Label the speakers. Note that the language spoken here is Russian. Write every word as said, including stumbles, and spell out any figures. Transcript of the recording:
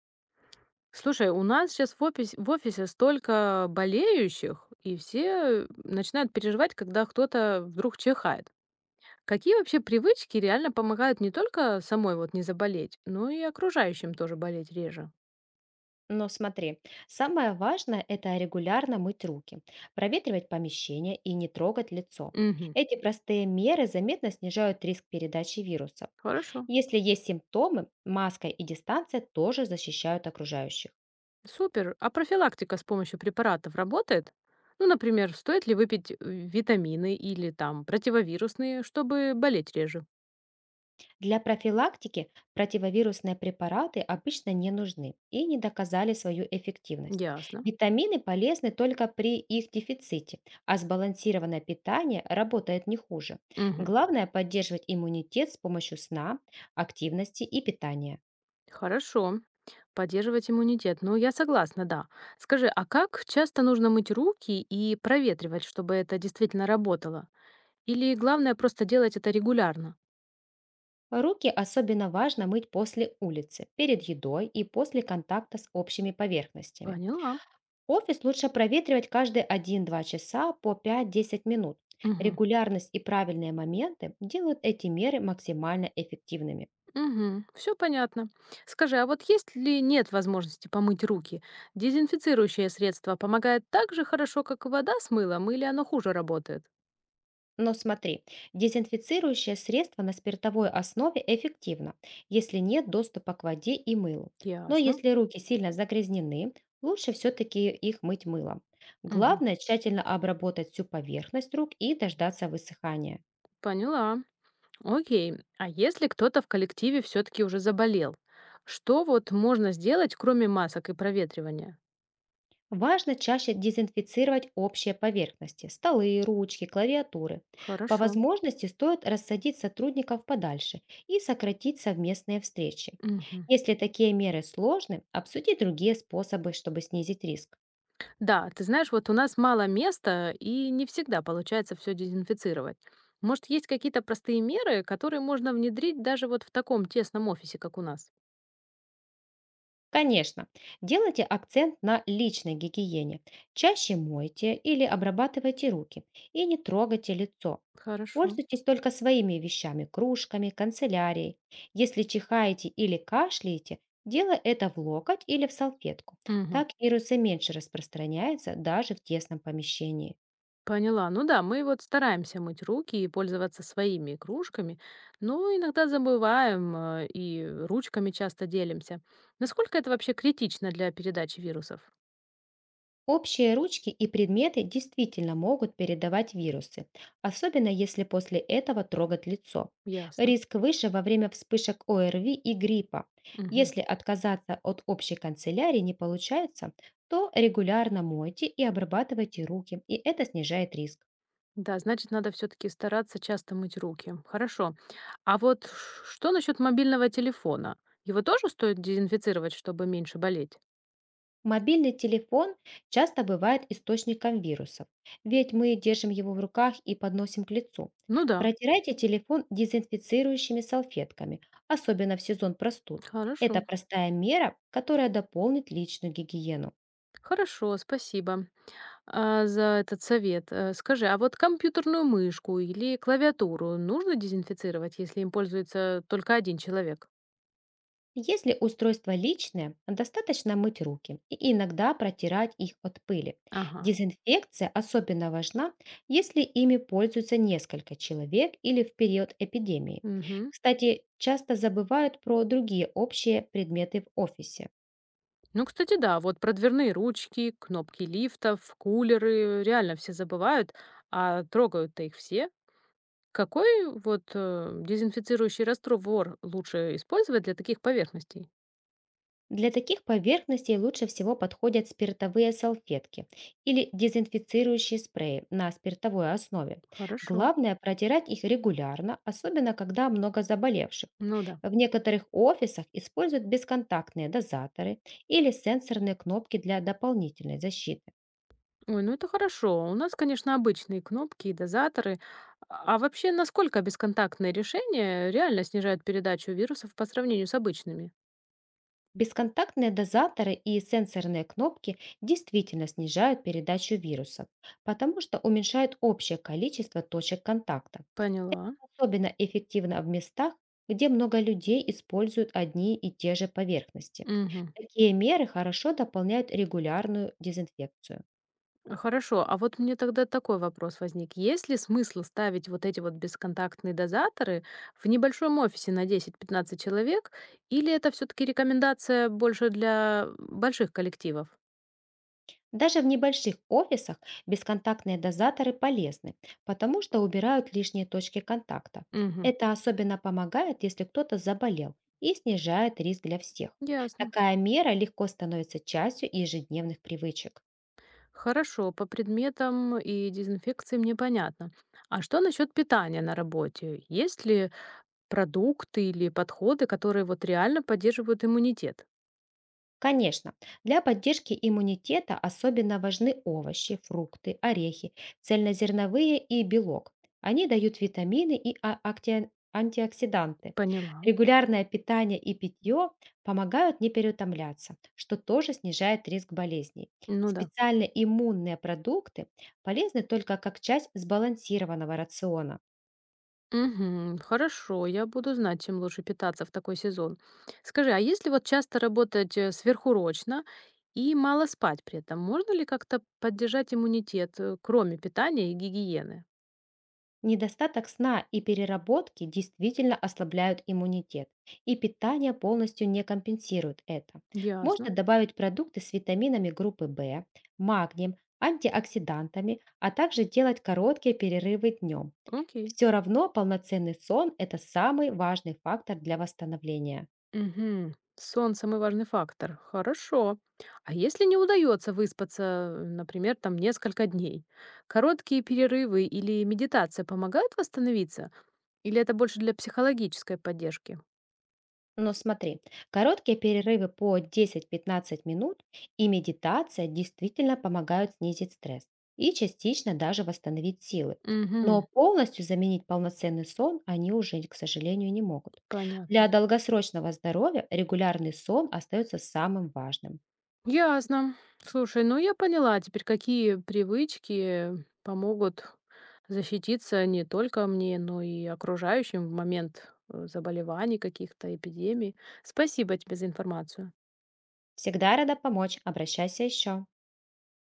Speaker 1: Слушай, у нас сейчас в опис- в офисе столько болеющих, и все начинают переживать, когда кто-то вдруг чихает. Какие вообще привычки реально помогают не только самой вот не заболеть, но и окружающим тоже болеть реже?
Speaker 2: Но смотри, самое важное — это регулярно мыть руки, проветривать помещение и не трогать лицо.
Speaker 1: Угу,
Speaker 2: Эти простые меры заметно снижают риск передачи вирусов.
Speaker 1: хорошо.
Speaker 2: Если есть симптомы, маска и дистанция тоже защищают окружающих.
Speaker 1: Супер. А профилактика с помощью препаратов работает? Ну, например, стоит ли выпить э, витамины или там противовирусные, чтобы болеть реже?
Speaker 2: Для профилактики противовирусные препараты обычно не нужны и не доказали свою эффективность.
Speaker 1: Ясно.
Speaker 2: Витамины полезны только при их дефиците, а сбалансированное питание работает не хуже.
Speaker 1: Мгм.
Speaker 2: Главное поддерживать иммунитет с помощью сна, активности и питания.
Speaker 1: Хорошо. Поддерживать иммунитет. Ну, я согласна, да. Скажи, а как часто нужно мыть руки и проветривать, чтобы это действительно работало? Или главное просто делать это регулярно?
Speaker 2: Руки особенно важно мыть после улицы, перед едой и после контакта с общими поверхностями.
Speaker 1: Поняла.
Speaker 2: Офис лучше проветривать каждые один-два часа по пять-десять минут.
Speaker 1: Угу.
Speaker 2: Регулярность и правильные моменты делают эти меры максимально эффективными.
Speaker 1: Угу. Все понятно. Скажи, а вот есть ли нет возможности помыть руки? Дезинфицирующее средство помогает так же хорошо, как и вода с мылом, или оно хуже работает?
Speaker 2: Но смотри, дезинфицирующее средство на спиртовой основе эффективно, если нет доступа к воде и мылу. Но
Speaker 1: Ясно.
Speaker 2: если руки сильно загрязнены, лучше все-таки их мыть мылом.
Speaker 1: Угу.
Speaker 2: Главное тщательно обработать всю поверхность рук и дождаться высыхания.
Speaker 1: Поняла. Окей. А если кто-то в коллективе все-таки уже заболел, что вот можно сделать, кроме масок и проветривания?
Speaker 2: Важно чаще дезинфицировать общие поверхности — столы, ручки, клавиатуры. По
Speaker 1: Хорошо.
Speaker 2: возможности стоит рассадить сотрудников подальше и сократить совместные встречи.
Speaker 1: Мгм.
Speaker 2: Если такие меры сложны, обсуди другие способы, чтобы снизить риск.
Speaker 1: Да, ты знаешь, вот у нас мало места, и не всегда получается все дезинфицировать. Может, есть какие-то простые меры, которые можно внедрить даже вот в таком тесном офисе, как у нас?
Speaker 2: Конечно, делайте акцент на личной гигиене. Чаще мойте или обрабатывайте руки и не трогайте лицо.
Speaker 1: Хорошо.
Speaker 2: Пользуйтесь только своими вещами, кружками, канцелярией. Если чихаете или кашляете, делай это в локоть или в салфетку.
Speaker 1: Мгм.
Speaker 2: Так вирусы меньше распространяются даже в тесном помещении.
Speaker 1: Поняла. Ну да, мы вот стараемся мыть руки и пользоваться своими кружками, но иногда забываем э, и ручками часто делимся. Насколько это вообще критично для передачи вирусов?
Speaker 2: Общие ручки и предметы действительно могут передавать вирусы, особенно если после этого трогать лицо.
Speaker 1: Ясно.
Speaker 2: Риск выше во время вспышек ОРВИ и гриппа.
Speaker 1: Мгм.
Speaker 2: Если отказаться от общей канцелярии не получается, то регулярно мойте и обрабатывайте руки, и это снижает риск.
Speaker 1: Да, значит, надо все-таки стараться часто мыть руки. Хорошо. А вот ш- что насчет мобильного телефона? Его тоже стоит дезинфицировать, чтобы меньше болеть?
Speaker 2: Мобильный телефон часто бывает источником вирусов, ведь мы держим его в руках и подносим к лицу.
Speaker 1: Ну да.
Speaker 2: Протирайте телефон дезинфицирующими салфетками, особенно в сезон простуд.
Speaker 1: Хорошо.
Speaker 2: Это простая мера, которая дополнит личную гигиену.
Speaker 1: Хорошо, спасибо а, за этот совет. Э, Скажи, а вот компьютерную мышку или клавиатуру нужно дезинфицировать, если им пользуется только один человек?
Speaker 2: Если устройство личное, достаточно мыть руки и иногда протирать их от пыли.
Speaker 1: Ага.
Speaker 2: Дезинфекция особенно важна, если ими пользуются несколько человек или в период эпидемии.
Speaker 1: Мгм.
Speaker 2: Кстати, часто забывают про другие общие предметы в офисе.
Speaker 1: Ну, кстати, да, вот про дверные ручки, кнопки лифтов, кулеры, реально все забывают, а трогают-то их все. Какой вот э, дезинфицирующий раствор лучше использовать для таких поверхностей?
Speaker 2: Для таких поверхностей лучше всего подходят спиртовые салфетки или дезинфицирующие спреи на спиртовой основе.
Speaker 1: Хорошо.
Speaker 2: Главное протирать их регулярно, особенно когда много заболевших.
Speaker 1: Ну да.
Speaker 2: В некоторых офисах используют бесконтактные дозаторы или сенсорные кнопки для дополнительной защиты.
Speaker 1: Ой, ну это хорошо. У нас, конечно, обычные кнопки и дозаторы. А вообще, насколько бесконтактные решения реально снижают передачу вирусов по сравнению с обычными?
Speaker 2: Бесконтактные дозаторы и сенсорные кнопки действительно снижают передачу вирусов, потому что уменьшают общее количество точек контакта.
Speaker 1: Поняла.
Speaker 2: Особенно эффективно в местах, где много людей используют одни и те же поверхности.
Speaker 1: Мгм.
Speaker 2: Такие меры хорошо дополняют регулярную дезинфекцию.
Speaker 1: Хорошо. А вот мне тогда такой вопрос возник. Есть ли смысл ставить вот эти вот бесконтактные дозаторы в небольшом офисе на десять пятнадцать человек? Или это все-таки рекомендация больше для больших коллективов?
Speaker 2: Даже в небольших офисах бесконтактные дозаторы полезны, потому что убирают лишние точки контакта.
Speaker 1: Угу.
Speaker 2: Это особенно помогает, если кто-то заболел, и снижает риск для всех.
Speaker 1: Ясно.
Speaker 2: Такая мера легко становится частью ежедневных привычек.
Speaker 1: Хорошо, по предметам и дезинфекции мне понятно. А что насчет питания на работе? Есть ли продукты или подходы, которые вот реально поддерживают иммунитет?
Speaker 2: Конечно, для поддержки иммунитета особенно важны овощи, фрукты, орехи, цельнозерновые и белок. Они дают витамины и а- акти- антиоксиданты.
Speaker 1: Поняла.
Speaker 2: Регулярное питание и питье помогают не переутомляться, что тоже снижает риск болезней.
Speaker 1: Ну да.
Speaker 2: Специальные иммунные продукты полезны только как часть сбалансированного рациона.
Speaker 1: Мгм. Хорошо, я буду знать, чем лучше питаться в такой сезон. Скажи, а если вот часто работать э, сверхурочно и мало спать при этом, можно ли как-то поддержать иммунитет, э, кроме питания и гигиены?
Speaker 2: Недостаток сна и переработки действительно ослабляют иммунитет, и питание полностью не компенсирует это.
Speaker 1: Ясно.
Speaker 2: Можно добавить продукты с витаминами группы бэ, магнием, антиоксидантами, а также делать короткие перерывы днем.
Speaker 1: Окей.
Speaker 2: Все равно полноценный сон — это самый важный фактор для восстановления.
Speaker 1: Мгм. Сон самый важный фактор. Хорошо. А если не удается выспаться, э, например, там несколько дней, короткие перерывы или медитация помогают восстановиться? Или это больше для психологической поддержки?
Speaker 2: Но смотри, короткие перерывы по десять пятнадцать минут и медитация действительно помогают снизить стресс и частично даже восстановить силы.
Speaker 1: Угу.
Speaker 2: Но полностью заменить полноценный сон они уже, к сожалению, не могут. Для
Speaker 1: Понятно.
Speaker 2: долгосрочного здоровья регулярный сон остается самым важным.
Speaker 1: Ясно. Слушай, ну я поняла теперь, какие привычки помогут защититься не только мне, но и окружающим в момент э, заболеваний каких-то, эпидемий. Спасибо тебе за информацию.
Speaker 2: Всегда рада помочь, обращайся еще.